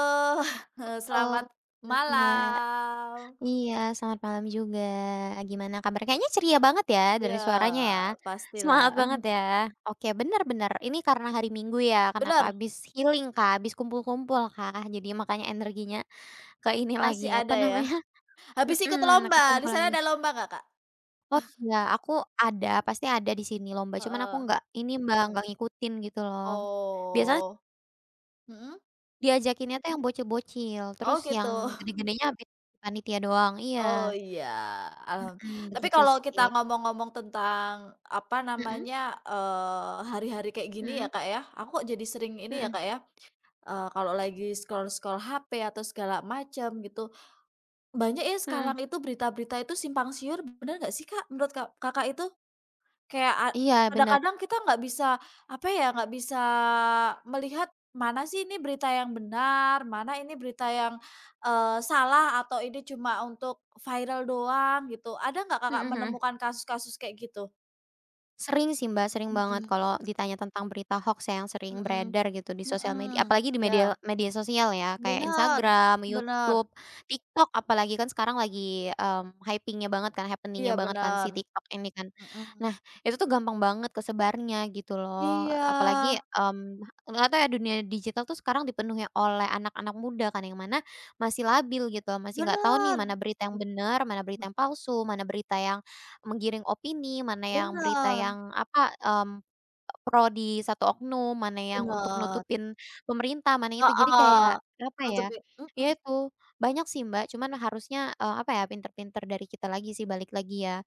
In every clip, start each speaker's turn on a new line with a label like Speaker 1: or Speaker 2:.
Speaker 1: Oh,
Speaker 2: Halo,
Speaker 1: selamat
Speaker 2: malam Mbak.
Speaker 1: malam.
Speaker 2: Iya, selamat malam juga. Gimana kabar? Kayaknya ceria banget ya dari
Speaker 1: Ya
Speaker 2: suaranya ya.
Speaker 1: pastilah.
Speaker 2: Semangat banget ya. Oke, benar-benar. Ini karena hari Minggu ya, kenapa
Speaker 1: Benar.
Speaker 2: habis healing Kak, habis kumpul-kumpul Kak, jadi makanya energinya ke ini lagi,
Speaker 1: Masih
Speaker 2: apa
Speaker 1: ada ya?
Speaker 2: namanya.
Speaker 1: Habis ikut
Speaker 2: Mhm,
Speaker 1: lomba, di
Speaker 2: kekumpul
Speaker 1: sana
Speaker 2: lagi.
Speaker 1: ada lomba nggak, Kak?
Speaker 2: Oh iya, aku ada, pasti ada di sini lomba, cuman aku
Speaker 1: Heeh.
Speaker 2: nggak ini Mbak, nggak ngikutin gitu loh. Biasanya
Speaker 1: Oh, mhm?
Speaker 2: diajakinnya tuh yang bocil-bocil, terus
Speaker 1: Oh, gitu.
Speaker 2: yang gede-gedenya habis panitia doang, iya.
Speaker 1: Oh, iya, alham
Speaker 2: Mhm,
Speaker 1: tapi
Speaker 2: begitu
Speaker 1: kalau kita
Speaker 2: sih.
Speaker 1: ngomong-ngomong tentang, apa
Speaker 2: Mhm,
Speaker 1: namanya, hari-hari kayak gini ya,
Speaker 2: mhm,
Speaker 1: Kak, ya, aku kok jadi sering ini ya,
Speaker 2: mhm,
Speaker 1: Kak, ya, kalau lagi scroll-scroll HP atau segala macam gitu, banyak ya
Speaker 2: mhm.
Speaker 1: sekarang itu berita-berita itu simpang siur, bener nggak sih, Kak, menurut Kakak itu? Kayak
Speaker 2: Iya benar.
Speaker 1: kadang-kadang kita nggak bisa, apa ya, nggak bisa melihat mana sih ini berita yang benar, mana ini berita yang, salah atau ini cuma untuk viral doang gitu. Ada nggak
Speaker 2: Mhm,
Speaker 1: Kakak
Speaker 2: mhm.
Speaker 1: menemukan kasus-kasus kayak gitu?
Speaker 2: Sering sih Mbak, sering banget
Speaker 1: Mhm,
Speaker 2: kalau ditanya tentang berita hoax yang sering
Speaker 1: mhm,
Speaker 2: beredar gitu di sosial media,
Speaker 1: mhm.
Speaker 2: apalagi di
Speaker 1: Iya,
Speaker 2: media media sosial ya, kayak
Speaker 1: bener,
Speaker 2: Instagram,
Speaker 1: bener.
Speaker 2: YouTube, TikTok, apalagi kan sekarang lagi, hyping banget kan, happeningnya
Speaker 1: Iya,
Speaker 2: banget kan si
Speaker 1: bener.
Speaker 2: TikTok ini kan.
Speaker 1: Mhm.
Speaker 2: Nah, itu tuh gampang banget kesebarnya gitu loh,
Speaker 1: Iya,
Speaker 2: apalagi, nggak tahu ya dunia digital tuh sekarang dipenuhi oleh anak-anak muda kan, yang mana masih labil gitu, masih nggak tahu nih
Speaker 1: bener.
Speaker 2: mana berita yang
Speaker 1: M
Speaker 2: benar mana berita yang palsu, mana berita yang menggiring opini, mana yang berita
Speaker 1: Bener,
Speaker 2: yang apa, pro di satu oknum, mana yang untuk
Speaker 1: bener,
Speaker 2: nutupin pemerintah, mana itu. Jadi
Speaker 1: heeh,
Speaker 2: kayak apa ya,
Speaker 1: nutupi,
Speaker 2: ya
Speaker 1: mhm,
Speaker 2: itu banyak sih Mbak, cuman harusnya, apa ya, pinter-pinter dari kita lagi sih, balik lagi ya.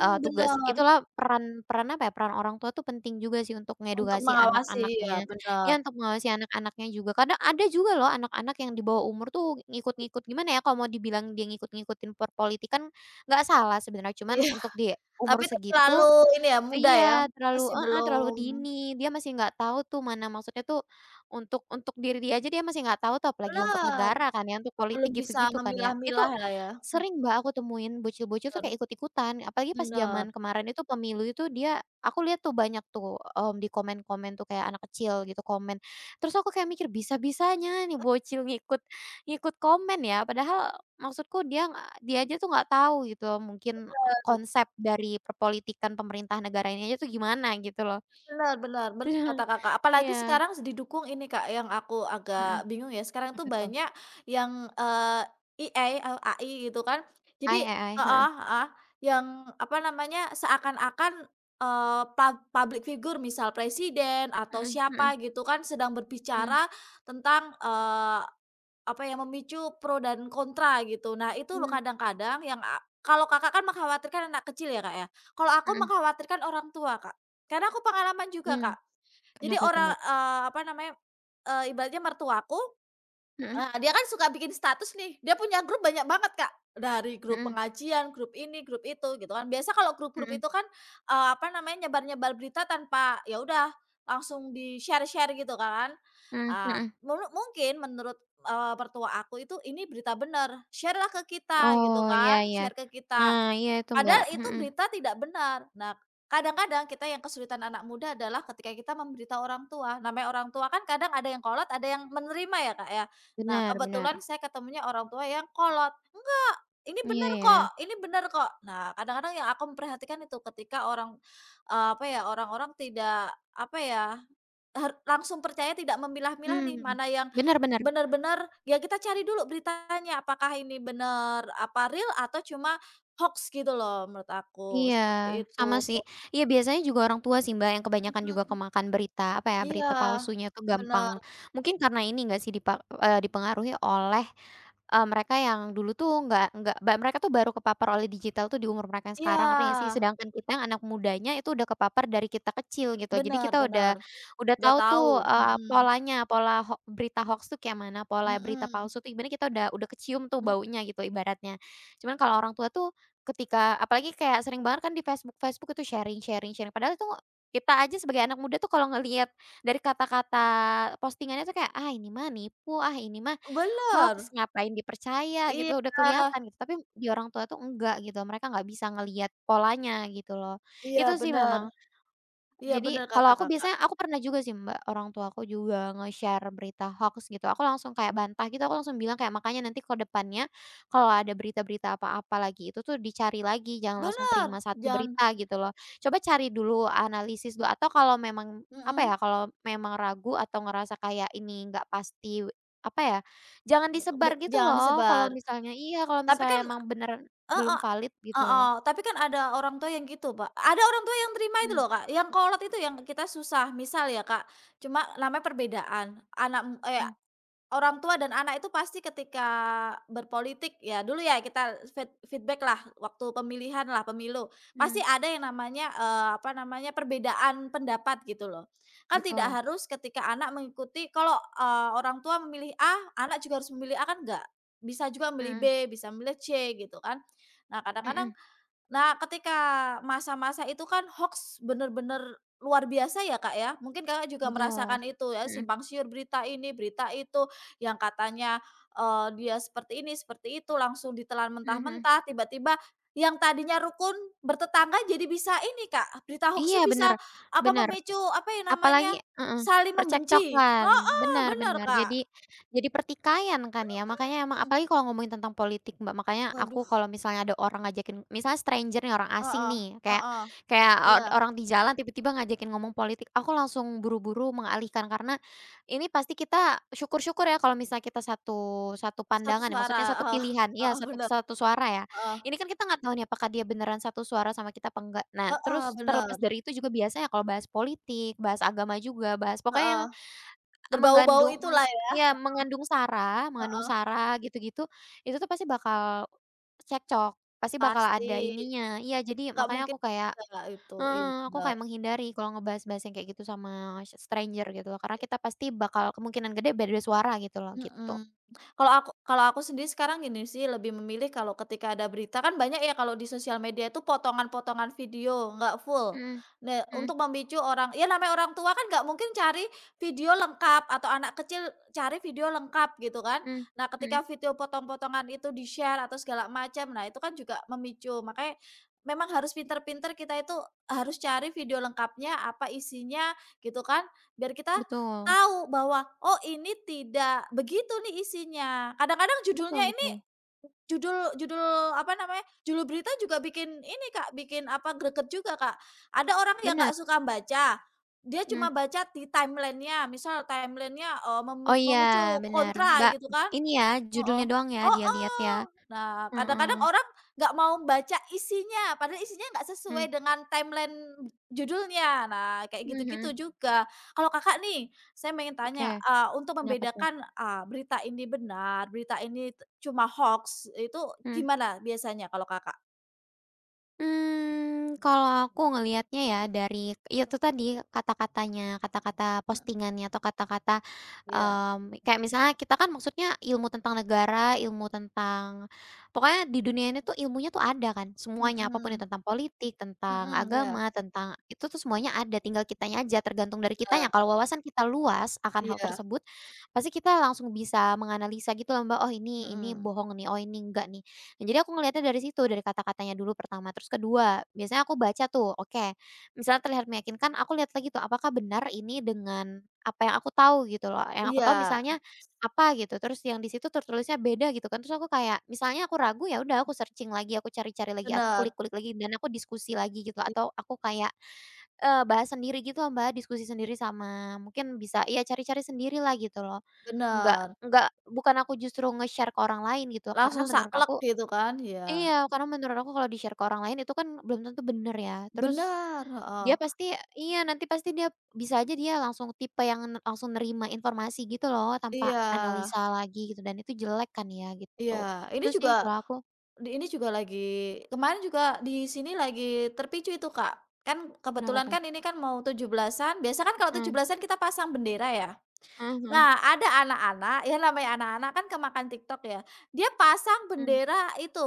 Speaker 2: Tugas
Speaker 1: bener,
Speaker 2: itulah peran peran apa ya, peran orang tua tuh penting juga sih untuk
Speaker 1: untuk
Speaker 2: ngedukasi
Speaker 1: mengawasi, iya,
Speaker 2: anak-anaknya,
Speaker 1: bener,
Speaker 2: ya untuk mengawasi anak-anaknya juga. Kadang ada juga loh anak-anak yang di bawah umur tuh ngikut-ngikut gimana ya, kalau mau dibilang dia ngikut-ngikutin perpolitikan nggak salah sebenarnya, cuman
Speaker 1: iya,
Speaker 2: untuk di umur
Speaker 1: tapi
Speaker 2: segitu.
Speaker 1: terlalu ini ya, muda ya,
Speaker 2: Iya, terlalu
Speaker 1: masih
Speaker 2: heeh,
Speaker 1: belum,
Speaker 2: terlalu dini. Dia masih nggak tahu tuh mana maksudnya tuh untuk diri dia aja dia masih nggak tahu tuh apalagi untuk
Speaker 1: bener,
Speaker 2: negara kan ya, untuk politik
Speaker 1: belum bisa
Speaker 2: gitu-gitu kan ya. Itu
Speaker 1: memilah-milah lah ya,
Speaker 2: sering Mbak aku temuin bocil-bocil tuh kayak
Speaker 1: mhm,
Speaker 2: ikut-ikutan, apalagi pas
Speaker 1: bener.
Speaker 2: zaman kemarin itu pemilu itu dia aku lihat tuh banyak tuh, di komen-komen tuh kayak anak kecil gitu komen. Terus aku kayak mikir bisa-bisanya nih bocil ngikut ngikut komen ya, padahal maksudku dia aja tuh nggak tahu gitu mungkin. Konsep dari perpolitikan pemerintah negara ini aja tuh gimana gitu loh.
Speaker 1: Bener, bener,
Speaker 2: Terus
Speaker 1: benar kata Kakak, apalagi
Speaker 2: iya,
Speaker 1: sekarang didukung ini, Kak, yang aku
Speaker 2: mhm,
Speaker 1: agak bingung ya, sekarang tuh
Speaker 2: apa tuh?
Speaker 1: banyak yang, AI gitu kan.
Speaker 2: AI
Speaker 1: Jadi,
Speaker 2: AI, heeh,
Speaker 1: heeh, heeh, yang apa namanya, seakan-akan, public figure misal presiden atau
Speaker 2: mhm,
Speaker 1: siapa gitu kan sedang
Speaker 2: mhm,
Speaker 1: berbicara tentang, eh, apa ya, memicu pro dan kontra gitu. Nah, itu
Speaker 2: mhm,
Speaker 1: loh
Speaker 2: mmm,
Speaker 1: kadang-kadang yang kalau Kakak kan mengkhawatirkan anak kecil ya, Kak, ya. Kalau aku
Speaker 2: mhm,
Speaker 1: mengkhawatirkan orang tua, Kak. Karena aku pengalaman juga,
Speaker 2: mhm.
Speaker 1: Kak. Jadi
Speaker 2: Kenapa tuh,
Speaker 1: orang,
Speaker 2: Mbak?
Speaker 1: apa namanya, ibaratnya mertuaku.
Speaker 2: Mhm,
Speaker 1: Nah, dia kan suka bikin status nih, dia punya grup banyak banget, Kak. Dari grup
Speaker 2: mhm,
Speaker 1: pengajian, grup ini, grup itu, gitu kan. Biasa kalau grup-grup
Speaker 2: mhm,
Speaker 1: itu kan, apa namanya, nyebar-nyebar berita tanpa, ya udah langsung di-share-share gitu kan.
Speaker 2: mhm,
Speaker 1: Ah,
Speaker 2: mhm.
Speaker 1: mulu mungkin menurut, mertua aku itu, "Ini berita benar. Share-lah ke kita,"
Speaker 2: Oh
Speaker 1: gitu
Speaker 2: iya
Speaker 1: kan,
Speaker 2: iya.
Speaker 1: share ke kita.
Speaker 2: Nah iya itu, Mbak,
Speaker 1: Padahal itu
Speaker 2: mhm,
Speaker 1: berita tidak benar. Nah, kadang-kadang kita yang kesulitan anak muda adalah ketika kita memberitahu orang tua. Namanya orang tua kan kadang ada yang kolot, ada yang menerima ya, Kak, ya. Nah,
Speaker 2: benar benar.
Speaker 1: kebetulan saya ketemunya orang tua yang kolot, "Enggak, ini
Speaker 2: Iya
Speaker 1: benar
Speaker 2: ya,
Speaker 1: kok, ini benar kok." Nah, kadang-kadang yang aku memperhatikan itu ketika orang, apa ya, orang-orang tidak, apa ya, langsung percaya, tidak memilah-milah nih,
Speaker 2: mmm,
Speaker 1: mana yang
Speaker 2: benar benar.
Speaker 1: benar-benar, ya kita cari dulu beritanya, apakah ini benar, apa, real atau cuma hoax gitu loh menurut aku,
Speaker 2: Iya,
Speaker 1: seperti itu.
Speaker 2: sama sih. Iya biasanya juga orang tua sih Mbak yang kebanyakan juga
Speaker 1: Mhm.
Speaker 2: kemakan berita, apa ya,
Speaker 1: Iya,
Speaker 2: berita palsunya tuh
Speaker 1: benar.
Speaker 2: gampang mungkin karena ini nggak sih dipengaruhi oleh, mereka yang dulu tuh nggak ba mereka tuh baru kepapar oleh digital tuh di umur mereka yang sekarang, ngerti nggak sih?
Speaker 1: Iya,
Speaker 2: Sedangkan kita yang anak mudanya itu udah kepapar dari kita kecil gitu. Jadi
Speaker 1: benar,
Speaker 2: kita udah
Speaker 1: benar,
Speaker 2: udah
Speaker 1: udah
Speaker 2: tahu tuh,
Speaker 1: tahu. Mhm,
Speaker 2: polanya, pola ho berita hoax tuh kayak mana, pola berita
Speaker 1: mhm,
Speaker 2: palsu tuh ibaratnya kita udah kecium tuh
Speaker 1: m
Speaker 2: baunya gitu ibaratnya. Cuman kalau orang tua tuh ketika apalagi kayak sering banget kan di Facebook-Facebook itu sharing sharing sharing, padahal itu kita aja sebagai anak muda tuh kalau ngelihat dari kata-kata postingannya tuh kayak, "Ah, ini mah nipu, ah ini mah
Speaker 1: bener,
Speaker 2: hoax ngapain dipercaya,"
Speaker 1: iya,
Speaker 2: gitu, udah kelihatan gitu. Tapi di orang tua tuh enggak gitu, mereka nggak bisa ngelihat polanya gitu loh.
Speaker 1: iya,
Speaker 2: Itu sih
Speaker 1: benar,
Speaker 2: memang
Speaker 1: iya,
Speaker 2: jadi,
Speaker 1: benar kata
Speaker 2: kalau aku
Speaker 1: Kakak.
Speaker 2: biasanya aku pernah juga sih Mbak, orang tua aku juga nge-share berita hoax gitu, aku langsung kayak bantah gitu, aku langsung bilang kayak, "Makanya nanti ke depannya kalau ada berita-berita apa-apa lagi itu tuh dicari lagi, jangan langsung
Speaker 1: Benar,
Speaker 2: terima satu
Speaker 1: jangan,
Speaker 2: berita," gitu loh. "Coba cari dulu, analisis dulu," atau kalau memang, apa ya,
Speaker 1: mhm,
Speaker 2: kalau memang ragu atau ngerasa kayak ini nggak pasti, apa ya, jangan disebar gitu
Speaker 1: jangan
Speaker 2: loh
Speaker 1: disebar.
Speaker 2: kalau misalnya iya, kalau
Speaker 1: Tapi
Speaker 2: misalnya
Speaker 1: kan
Speaker 2: emang bener belum
Speaker 1: Heeh,
Speaker 2: valid gitu loh.
Speaker 1: heeh, tapi kan ada orang tua yang gitu, Pak. Ada orang tua yang terima itu
Speaker 2: Mhm,
Speaker 1: loh, Kak, yang kolot itu yang kita susah. Misal ya, Kak, cuma namanya perbedaan, anak m eee,
Speaker 2: mhm,
Speaker 1: orang tua dan anak itu pasti ketika berpolitik, ya dulu ya, kita feedback-lah waktu pemilihan lah pemilu. Pasti
Speaker 2: mhm,
Speaker 1: ada yang namanya, apa namanya, perbedaan pendapat gitu loh. Kan tidak
Speaker 2: betul.
Speaker 1: harus ketika anak mengikuti kalau, orang tua memilih A, anak juga harus memilih A kan enggak. Bisa juga memilih B,
Speaker 2: Mhm,
Speaker 1: bisa memilih C gitu kan. Nah kadang-kadang
Speaker 2: mhm.
Speaker 1: Nah, ketika masa-masa itu kan hoax bener-bener luar biasa ya, Kak, ya. Mungkin Kakak juga
Speaker 2: Betul,
Speaker 1: merasakan itu ya,
Speaker 2: mhm,
Speaker 1: simpang siur berita ini, berita itu, yang katanya, dia seperti ini, seperti itu, langsung ditelan
Speaker 2: mhm, mhm.
Speaker 1: mentah-mentah, tiba-tiba yang tadinya rukun bertetangga jadi bisa ini, Kak, berita
Speaker 2: Iya
Speaker 1: hoax
Speaker 2: bener
Speaker 1: bisa apa,
Speaker 2: bener,
Speaker 1: memicu apa ya
Speaker 2: apalagi
Speaker 1: namanya,
Speaker 2: heeh,
Speaker 1: saling membenci.
Speaker 2: percekcokan,
Speaker 1: Heeh,
Speaker 2: benar
Speaker 1: bener,
Speaker 2: benar,
Speaker 1: Kak.
Speaker 2: jadi pertikaian kan ya, makanya emang
Speaker 1: Mhm.
Speaker 2: apalagi kalau ngomongin tentang politik, Mbak, makanya aku
Speaker 1: Waduh,
Speaker 2: kalau misalnya ada orang ngajakin misalnya stranger nih, orang asing
Speaker 1: heeh,
Speaker 2: nih, kayak
Speaker 1: heeh,
Speaker 2: kayak
Speaker 1: iya,
Speaker 2: od orang di jalan tiba-tiba ngajakin ngomong politik, aku langsung buru-buru mengalihkan, karena ini pasti kita syukur-syukur ya kalau misalnya kita satu satu
Speaker 1: satu
Speaker 2: pandangan ya,
Speaker 1: suara,
Speaker 2: maksudnya satu
Speaker 1: heeh,
Speaker 2: pilihan iya,
Speaker 1: heeh,
Speaker 2: satu
Speaker 1: bener,
Speaker 2: satu suara ya.
Speaker 1: heeh.
Speaker 2: Ini kan kita nggak tahu nih apakah dia beneran satu suara sama kita apa enggak. Nah,
Speaker 1: Heeh,
Speaker 2: terus
Speaker 1: bener,
Speaker 2: terlepas dari itu juga biasanya kalau bahas politik, bahas agama juga, bahas pokoknya yang,
Speaker 1: heeh, berbau-bau
Speaker 2: mengandung meng
Speaker 1: itulah ya,
Speaker 2: iya mengandung
Speaker 1: heeh,
Speaker 2: sara gitu-gitu, itu tuh pasti bakal cekcok, pasti bakal
Speaker 1: pasti,
Speaker 2: ada ininya. Iya, jadi
Speaker 1: nggak
Speaker 2: makanya
Speaker 1: mungkin
Speaker 2: aku kayak
Speaker 1: enggak itu, iya,
Speaker 2: heeh, aku
Speaker 1: bener.
Speaker 2: kayak menghindari kalau ngebahas-bahas yang kayak gitu sama stranger gitu loh, karena kita pasti bakal kemungkinan gede beda suara gitu loh, gitu.
Speaker 1: Mhm. Kalau aku sendiri sekarang gini sih, lebih memilih kalau ketika ada berita kan banyak ya kalau di sosial media itu potongan-potongan video, nggak full.
Speaker 2: Mhm.
Speaker 1: Nah,
Speaker 2: Mhm,
Speaker 1: untuk memicu orang, ya namanya orang tua kan nggak mungkin cari video lengkap atau anak kecil cari video lengkap gitu kan.
Speaker 2: mhm,
Speaker 1: Nah,
Speaker 2: mhm.
Speaker 1: ketika video potong-potongan itu di-share atau segala macam, nah itu kan juga memicu. Makanya memang harus pinter-pinter kita itu harus cari video lengkapnya, apa isinya gitu kan, biar kita
Speaker 2: Betul
Speaker 1: tahu bahwa, oh, ini tidak begitu nih isinya. Kadang-kadang
Speaker 2: betul
Speaker 1: judulnya ini,
Speaker 2: betul.
Speaker 1: judul judul apa namanya, judul berita juga bikin ini, Kak, bikin apa, greget juga, Kak. Ada orang yang
Speaker 2: Bener.
Speaker 1: nggak suka baca, dia cuma
Speaker 2: Mhm.
Speaker 1: baca di timeline-nya, misal timeline-nya, memi
Speaker 2: Oh iya,
Speaker 1: memicu
Speaker 2: bener,
Speaker 1: kontra
Speaker 2: Mbak,
Speaker 1: gitu kan.
Speaker 2: ini ya, judulnya
Speaker 1: Heeh,
Speaker 2: doang ya, dia lihat ya?
Speaker 1: heeh. Nah,
Speaker 2: Heeh,
Speaker 1: kadang-kadang orang nggak mau baca isinya, padahal isinya nggak
Speaker 2: mmm,
Speaker 1: sesuai dengan timeline judulnya. Nah, kayak
Speaker 2: mhm, mhm,
Speaker 1: gitu-gitu juga. Kalau Kakak nih, saya pengen
Speaker 2: oke,
Speaker 1: tanya, untuk
Speaker 2: kenapa tuh?
Speaker 1: membedakan, berita ini benar, berita ini cuma hoax itu
Speaker 2: Mhm.
Speaker 1: gimana biasanya kalau Kakak?
Speaker 2: Mmm, kalau aku ngelihatnya ya dari ya itu tadi kata-katanya, kata-kata
Speaker 1: Mhm,
Speaker 2: postingannya atau kata-kata,
Speaker 1: iya.
Speaker 2: kayak misalnya kita kan maksudnya ilmu tentang negara, ilmu tentang pokoknya di dunia ini tuh ilmunya tuh ada kan semuanya, apa pun itu
Speaker 1: Mhm,
Speaker 2: tentang politik, tentang
Speaker 1: mhm, iya,
Speaker 2: agama, tentang itu tuh semuanya ada tinggal kitanya aja tergantung dari kitanya.
Speaker 1: bener,
Speaker 2: Kalau wawasan kita luas akan hal
Speaker 1: iya,
Speaker 2: tersebut, pasti kita langsung bisa menganalisa gitu loh Mbak, "Oh ini
Speaker 1: mhm,
Speaker 2: bohong nih, oh ini enggak nih." Nah, jadi aku ngelihatnya dari situ, dari kata-katanya dulu pertama, terus kedua, biasanya aku baca tuh, oke, misalnya terlihat meyakinkan, aku lihat lagi tuh apakah benar ini dengan apa yang aku tahu gitu loh, yang aku tahu
Speaker 1: iya,
Speaker 2: misalnya apa gitu, terus yang di situ tertulisnya beda gitu kan, terus aku kayak misalnya aku ragu, ya udah aku searching lagi, aku cari-cari lagi, aku
Speaker 1: benar,
Speaker 2: kulik-kulik lagi, dan aku diskusi lagi gitu, atau aku kayak, bahas sendiri gitu loh Mbak, diskusi sendiri sama mungkin bisa iya cari-cari sendiri lah gitu loh. Nggak
Speaker 1: bener.
Speaker 2: nggak bukan aku justru nge-share ke orang lain gitu, karena
Speaker 1: Langsung
Speaker 2: menurut
Speaker 1: saklek
Speaker 2: aku.
Speaker 1: gitu kan, iya,
Speaker 2: Iya, karena menurut aku kalau di-share ke orang lain itu kan belum tentu bener ya. Terus
Speaker 1: benar.
Speaker 2: dia
Speaker 1: Heeh.
Speaker 2: pasti iya, nanti pasti dia bisa aja dia langsung tipe yang langsung nerima informasi gitu loh, tanpa
Speaker 1: Iya,
Speaker 2: analisa lagi gitu dan itu jelek kan ya, gitu.
Speaker 1: iya. Ini
Speaker 2: Itu sih
Speaker 1: juga
Speaker 2: kalau aku
Speaker 1: ini juga lagi, kemarin juga di sini lagi terpicu itu, Kak. Kan
Speaker 2: kenapa
Speaker 1: kebetulan
Speaker 2: tuh?
Speaker 1: kan ini kan mau 17-an. Biasa kan kalau tujuh
Speaker 2: Mmm,
Speaker 1: belasan kita pasang bendera ya?
Speaker 2: mhm, mhm,
Speaker 1: Nah, ada anak-anak, ya namanya anak-anak kan kemakan TikTok ya, dia pasang
Speaker 2: mmm,
Speaker 1: bendera itu,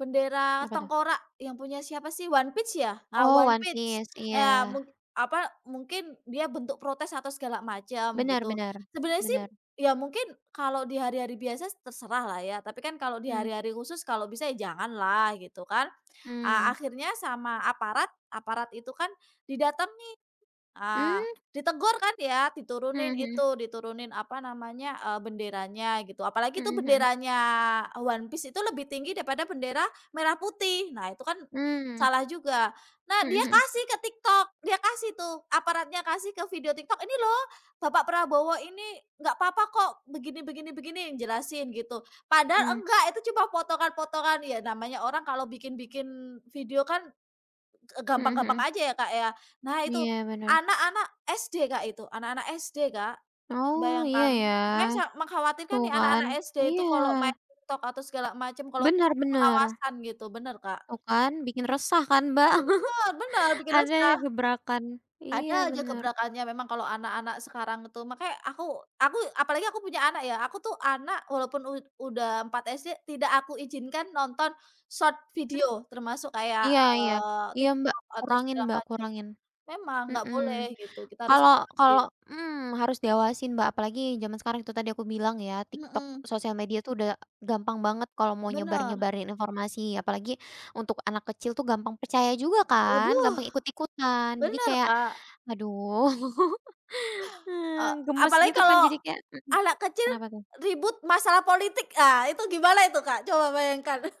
Speaker 1: bendera
Speaker 2: apa tuh?
Speaker 1: tengkorak yang punya siapa sih, One Piece ya? Nah,
Speaker 2: Oh,
Speaker 1: One
Speaker 2: One
Speaker 1: Piece.
Speaker 2: Piece,
Speaker 1: Ya
Speaker 2: iya.
Speaker 1: mungkin dia bentuk protes atau segala macam gitu.
Speaker 2: Benar-benar,
Speaker 1: Sebenarnya sih
Speaker 2: benar.
Speaker 1: ya mungkin kalau di hari-hari biasa terserah lah ya, tapi kan kalau di
Speaker 2: Benar.
Speaker 1: hari-hari khusus kalau bisa ya jangan lah gitu kan.
Speaker 2: Hmm.
Speaker 1: Akhirnya sama aparat aparat itu kan didateng. Ah,
Speaker 2: Hmm.
Speaker 1: ditegur kan ya,
Speaker 2: Hmm.
Speaker 1: diturunin
Speaker 2: Hmm.
Speaker 1: itu, diturunin apa namanya, benderanya gitu. Apalagi itu
Speaker 2: Hmm.
Speaker 1: benderanya One Piece itu lebih tinggi daripada bendera merah putih. Nah, itu kan
Speaker 2: Hmm.
Speaker 1: salah juga. Nah,
Speaker 2: Hmm. Hmm.
Speaker 1: dia
Speaker 2: Mhm, mhm,
Speaker 1: kasih ke TikTok, dia kasih tuh, aparatnya kasih ke video TikTok, "Ini loh, Bapak Prabowo ini nggak apa-apa kok, begini, begini, begini," jelasin gitu.
Speaker 2: mmm,
Speaker 1: Padahal enggak, itu cuma potongan-potongan. Ya namanya orang kalau bikin-bikin video kan
Speaker 2: mhm,
Speaker 1: gampang-gampang
Speaker 2: mhm.
Speaker 1: aja ya, Kak, ya. Nah itu,
Speaker 2: Iya benar.
Speaker 1: anak-anak SD, Kak, itu, anak-anak SD, Kak.
Speaker 2: Oh, iya
Speaker 1: Bayangkan,
Speaker 2: ya.
Speaker 1: makanya mengkhawatirkan
Speaker 2: Tuh
Speaker 1: nih
Speaker 2: kan,
Speaker 1: anak-anak SD itu
Speaker 2: iya,
Speaker 1: kalau main TikTok atau segala macam, kalau nggak ada
Speaker 2: benar-benar
Speaker 1: pengawasan gitu, bener, Kak.
Speaker 2: tuh kan, bikin resah kan, Mbak.
Speaker 1: Bener, bener, bikin
Speaker 2: Adanya
Speaker 1: resah.
Speaker 2: gebrakan. Iya
Speaker 1: Ada aja
Speaker 2: benar
Speaker 1: gebrakannya memang kalau anak-anak sekarang itu, makanya aku apalagi aku punya anak ya, aku tuh anak walaupun udah 4 SD, tidak aku izinkan nonton short
Speaker 2: mmm,
Speaker 1: video, termasuk kayak,
Speaker 2: iya iya, iya,
Speaker 1: TikTok atau segala
Speaker 2: Mbak,
Speaker 1: macam.
Speaker 2: kurangin,
Speaker 1: Memang nggak
Speaker 2: mhm.
Speaker 1: boleh gitu, kita harus
Speaker 2: Kalau kalau
Speaker 1: ikhlasin.
Speaker 2: harus diawasin, Mbak, apalagi zaman sekarang itu tadi aku bilang ya, TikTok,
Speaker 1: Mhm,
Speaker 2: sosial media tuh udah gampang banget kalau mau
Speaker 1: bener.
Speaker 2: nyebar-nyebarin informasi, apalagi untuk anak kecil tuh gampang percaya juga kan, gampang
Speaker 1: Waduh,
Speaker 2: ikut-ikutan, jadi
Speaker 1: bener,
Speaker 2: kayak
Speaker 1: Kak,
Speaker 2: aduh.
Speaker 1: eee,
Speaker 2: Gemes
Speaker 1: apalagi
Speaker 2: gitu kan
Speaker 1: kalau
Speaker 2: jadi kayak mhm,
Speaker 1: anak kecil
Speaker 2: kenapa tuh?
Speaker 1: ribut masalah politik, ah, itu gimana itu, Kak? Coba bayangkan.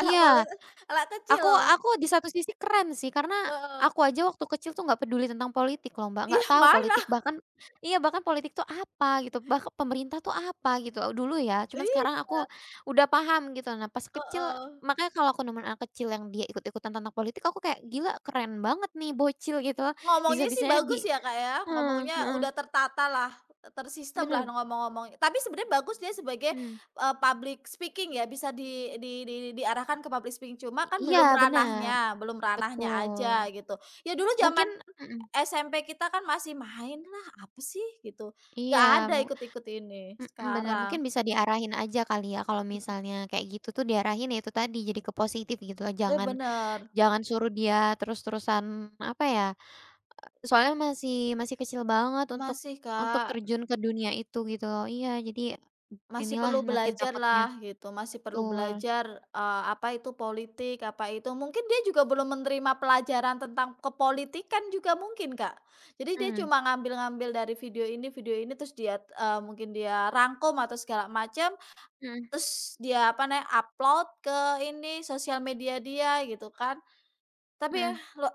Speaker 1: Anak poli
Speaker 2: Iya,
Speaker 1: Anak kecil
Speaker 2: aku
Speaker 1: loh,
Speaker 2: aku di satu sisi keren sih karena
Speaker 1: heeh.
Speaker 2: aku aja waktu kecil tuh nggak peduli tentang politik loh, Mbak, nggak
Speaker 1: Iya,
Speaker 2: tahu
Speaker 1: mana?
Speaker 2: politik bahkan iya, bahkan politik tuh apa gitu, bahkan pemerintah tuh apa gitu dulu ya, cuman sekarang
Speaker 1: Iya,
Speaker 2: aku udah paham gitu. Nah, pas kecil
Speaker 1: heeh.
Speaker 2: makanya kalau aku nemuin anak kecil yang dia ikut-ikutan tentang politik aku kayak, "Gila keren banget nih bocil," gitu,
Speaker 1: Ngomongnya sih
Speaker 2: bisa-bisanya
Speaker 1: bagus
Speaker 2: di
Speaker 1: ya, Kak, ya,
Speaker 2: heeh
Speaker 1: ngomongnya
Speaker 2: heeh,
Speaker 1: udah tertata lah tersistem
Speaker 2: bener,
Speaker 1: lah ngomong-ngomong. Tapi sebenarnya bagus dia sebagai,
Speaker 2: mhm,
Speaker 1: public speaking ya, bisa di diarahkan ke public speaking, cuma kan
Speaker 2: iya
Speaker 1: belum
Speaker 2: bener,
Speaker 1: ranahnya belum ranahnya
Speaker 2: betul.
Speaker 1: aja gitu. Ya dulu
Speaker 2: Mungkin
Speaker 1: zaman
Speaker 2: mhm.
Speaker 1: SMP kita kan masih main lah, apa sih gitu,
Speaker 2: Iya,
Speaker 1: nggak ada
Speaker 2: mu
Speaker 1: ikut-ikut ini,
Speaker 2: mhm, bener, mungkin
Speaker 1: sekarang,
Speaker 2: bisa diarahin aja kali ya kalau
Speaker 1: mhm,
Speaker 2: misalnya kayak gitu tuh diarahin ya itu tadi, jadi ke positif gitu, lah,
Speaker 1: iya,
Speaker 2: jangan
Speaker 1: bener,
Speaker 2: jangan suruh dia terus-terusan, apa ya, soalnya masih masih kecil banget untuk
Speaker 1: masih,
Speaker 2: untuk
Speaker 1: Kak.
Speaker 2: terjun ke dunia itu gitu loh. Iya, jadi
Speaker 1: Masih
Speaker 2: inilah
Speaker 1: perlu
Speaker 2: nanti
Speaker 1: belajar
Speaker 2: takutnya
Speaker 1: lah gitu, masih perlu
Speaker 2: betul.
Speaker 1: belajar, apa itu politik, apa itu, mungkin dia juga belum menerima pelajaran tentang kepolitikan juga mungkin, Kak. Jadi dia
Speaker 2: Mhm,
Speaker 1: cuma ngambil-ngambil dari video ini, video ini, terus dia, mungkin dia rangkum atau segala macam,
Speaker 2: mhm,
Speaker 1: terus dia, apa namanya, upload ke ini, sosial media dia gitu kan. Tapi ya,
Speaker 2: mhm,
Speaker 1: lo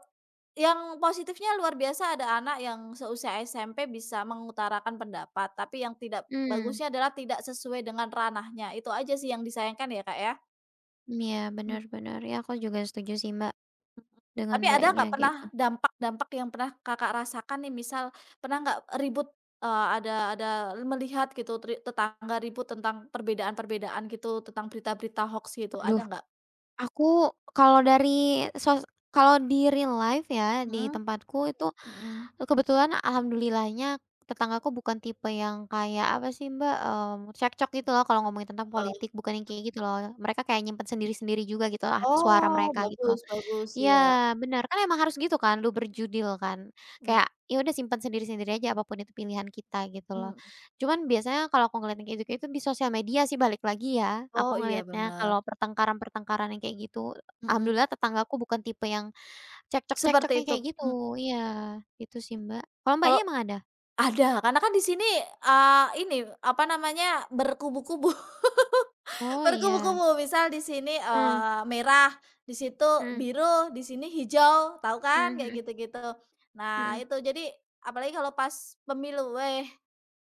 Speaker 1: yang positifnya luar biasa ada anak yang seusia SMP bisa mengutarakan pendapat, tapi yang tidak
Speaker 2: mhm.
Speaker 1: bagusnya adalah tidak sesuai dengan ranahnya. Itu aja sih yang disayangkan ya, Kak, ya?
Speaker 2: Iya, bener
Speaker 1: Mhm,
Speaker 2: bener, ya aku juga setuju sih Mbak,
Speaker 1: mhm.
Speaker 2: dengan
Speaker 1: Tapi ada
Speaker 2: Mbaknya
Speaker 1: nggak pernah
Speaker 2: gitu.
Speaker 1: dampak-dampak yang pernah Kakak rasakan nih, misal pernah nggak ribut, ada melihat gitu, tetangga ribut tentang perbedaan-perbedaan gitu, tentang berita-berita hoaks gitu,
Speaker 2: Aduh.
Speaker 1: ada nggak?
Speaker 2: Aku kalau dari sos kalau di real life ya, di
Speaker 1: Mhm,
Speaker 2: tempatku itu
Speaker 1: mhm.
Speaker 2: kebetulan alhamdulillahnya tetanggaku bukan tipe yang kayak apa sih Mbak, mmm, cekcok gitu loh kalau ngomongin tentang
Speaker 1: Heeh.
Speaker 2: politik, bukan yang kayak gitu loh. Mereka kayak nyimpen sendiri-sendiri juga gitu lah suara
Speaker 1: Oh,
Speaker 2: mereka gitu.
Speaker 1: bagus, bagus,
Speaker 2: Iya,
Speaker 1: iya.
Speaker 2: benar kan emang harus gitu kan, lu berjudil kan, kayak, ya udah simpan sendiri-sendiri aja apapun itu pilihan kita gitu loh.
Speaker 1: Mhm.
Speaker 2: Cuman biasanya kalau aku ngeliatnya kayak gitu itu di sosial media sih balik lagi ya, aku
Speaker 1: Oh, iya,
Speaker 2: ngelihatnya
Speaker 1: benar,
Speaker 2: kalau pertengkaran-pertengkaran yang kayak gitu,
Speaker 1: mhm,
Speaker 2: alhamdulillah tetanggaku bukan tipe yang cekcok-cekcok
Speaker 1: seperti
Speaker 2: yang
Speaker 1: itu,
Speaker 2: kayak gitu,
Speaker 1: mhm,
Speaker 2: iya, itu sih, Mbak. Kalau Mbaknya
Speaker 1: kalau
Speaker 2: emang ada?
Speaker 1: ada, karena kan di sini, eee, ini apa namanya, berkubu-kubu.
Speaker 2: Oh iya,
Speaker 1: Berkubu-kubu, misal di sini,
Speaker 2: hmm,
Speaker 1: merah, di situ
Speaker 2: hmm,
Speaker 1: biru, di sini hijau, tahu kan?
Speaker 2: hmm,
Speaker 1: Kayak
Speaker 2: hmm.
Speaker 1: gitu-gitu. Nah
Speaker 2: Mhm,
Speaker 1: itu, jadi apalagi kalau pas pemilu, weh,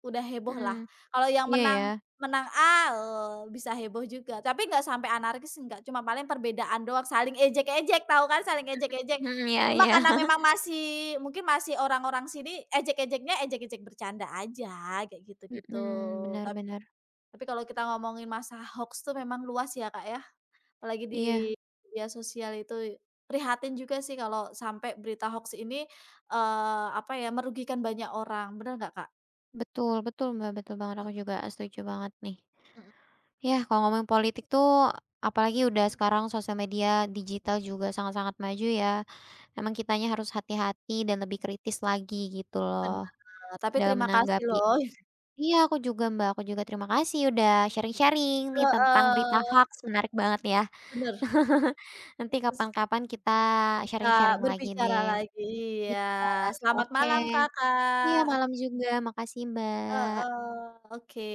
Speaker 1: udah heboh lah.
Speaker 2: mhm,
Speaker 1: Kalau yang
Speaker 2: iya ya.
Speaker 1: menang menang A, bisa heboh juga, tapi nggak sampai anarkis, nggak. Cuma paling perbedaan doang, saling ejek-ejek, tahu kan? Saling ejek-ejek.
Speaker 2: Hmm iya
Speaker 1: Cuma
Speaker 2: iya,
Speaker 1: karena memang masih mungkin masih orang-orang sini ejek-ejeknya ejek-ejek bercanda aja, kayak gitu-gitu.
Speaker 2: hmm benar benar.
Speaker 1: Tapi kalau kita ngomongin masa hoax tuh memang luas ya, Kak, ya, apalagi di
Speaker 2: Iya.
Speaker 1: media sosial itu prihatin juga sih kalau sampai berita hoax ini, apa ya, merugikan banyak orang, bener nggak, Kak?
Speaker 2: Betul betul, Mbak, betul banget, aku juga setuju banget nih.
Speaker 1: Mhm,
Speaker 2: Ya kalau ngomongin politik tuh, apalagi udah sekarang sosial media digital juga sangat-sangat maju ya, memang kitanya harus hati-hati dan lebih kritis lagi gitu loh,
Speaker 1: bener, tapi
Speaker 2: dalam
Speaker 1: terima kasih
Speaker 2: menanggapi.
Speaker 1: loh,
Speaker 2: Iya, aku juga, Mbak, aku juga terima kasih udah sharing-sharing nih tentang berita
Speaker 1: heeh,
Speaker 2: hoax menarik banget ya.
Speaker 1: bener,
Speaker 2: Nanti
Speaker 1: terus
Speaker 2: kapan-kapan kita
Speaker 1: bisa
Speaker 2: sharing-sharing lagi
Speaker 1: berbicara
Speaker 2: deh.
Speaker 1: lagi,
Speaker 2: Iya,
Speaker 1: iya, selamat
Speaker 2: oke.
Speaker 1: malam,
Speaker 2: Iya,
Speaker 1: Kakak,
Speaker 2: malam juga, makasih, Mbak.
Speaker 1: heeh, oke.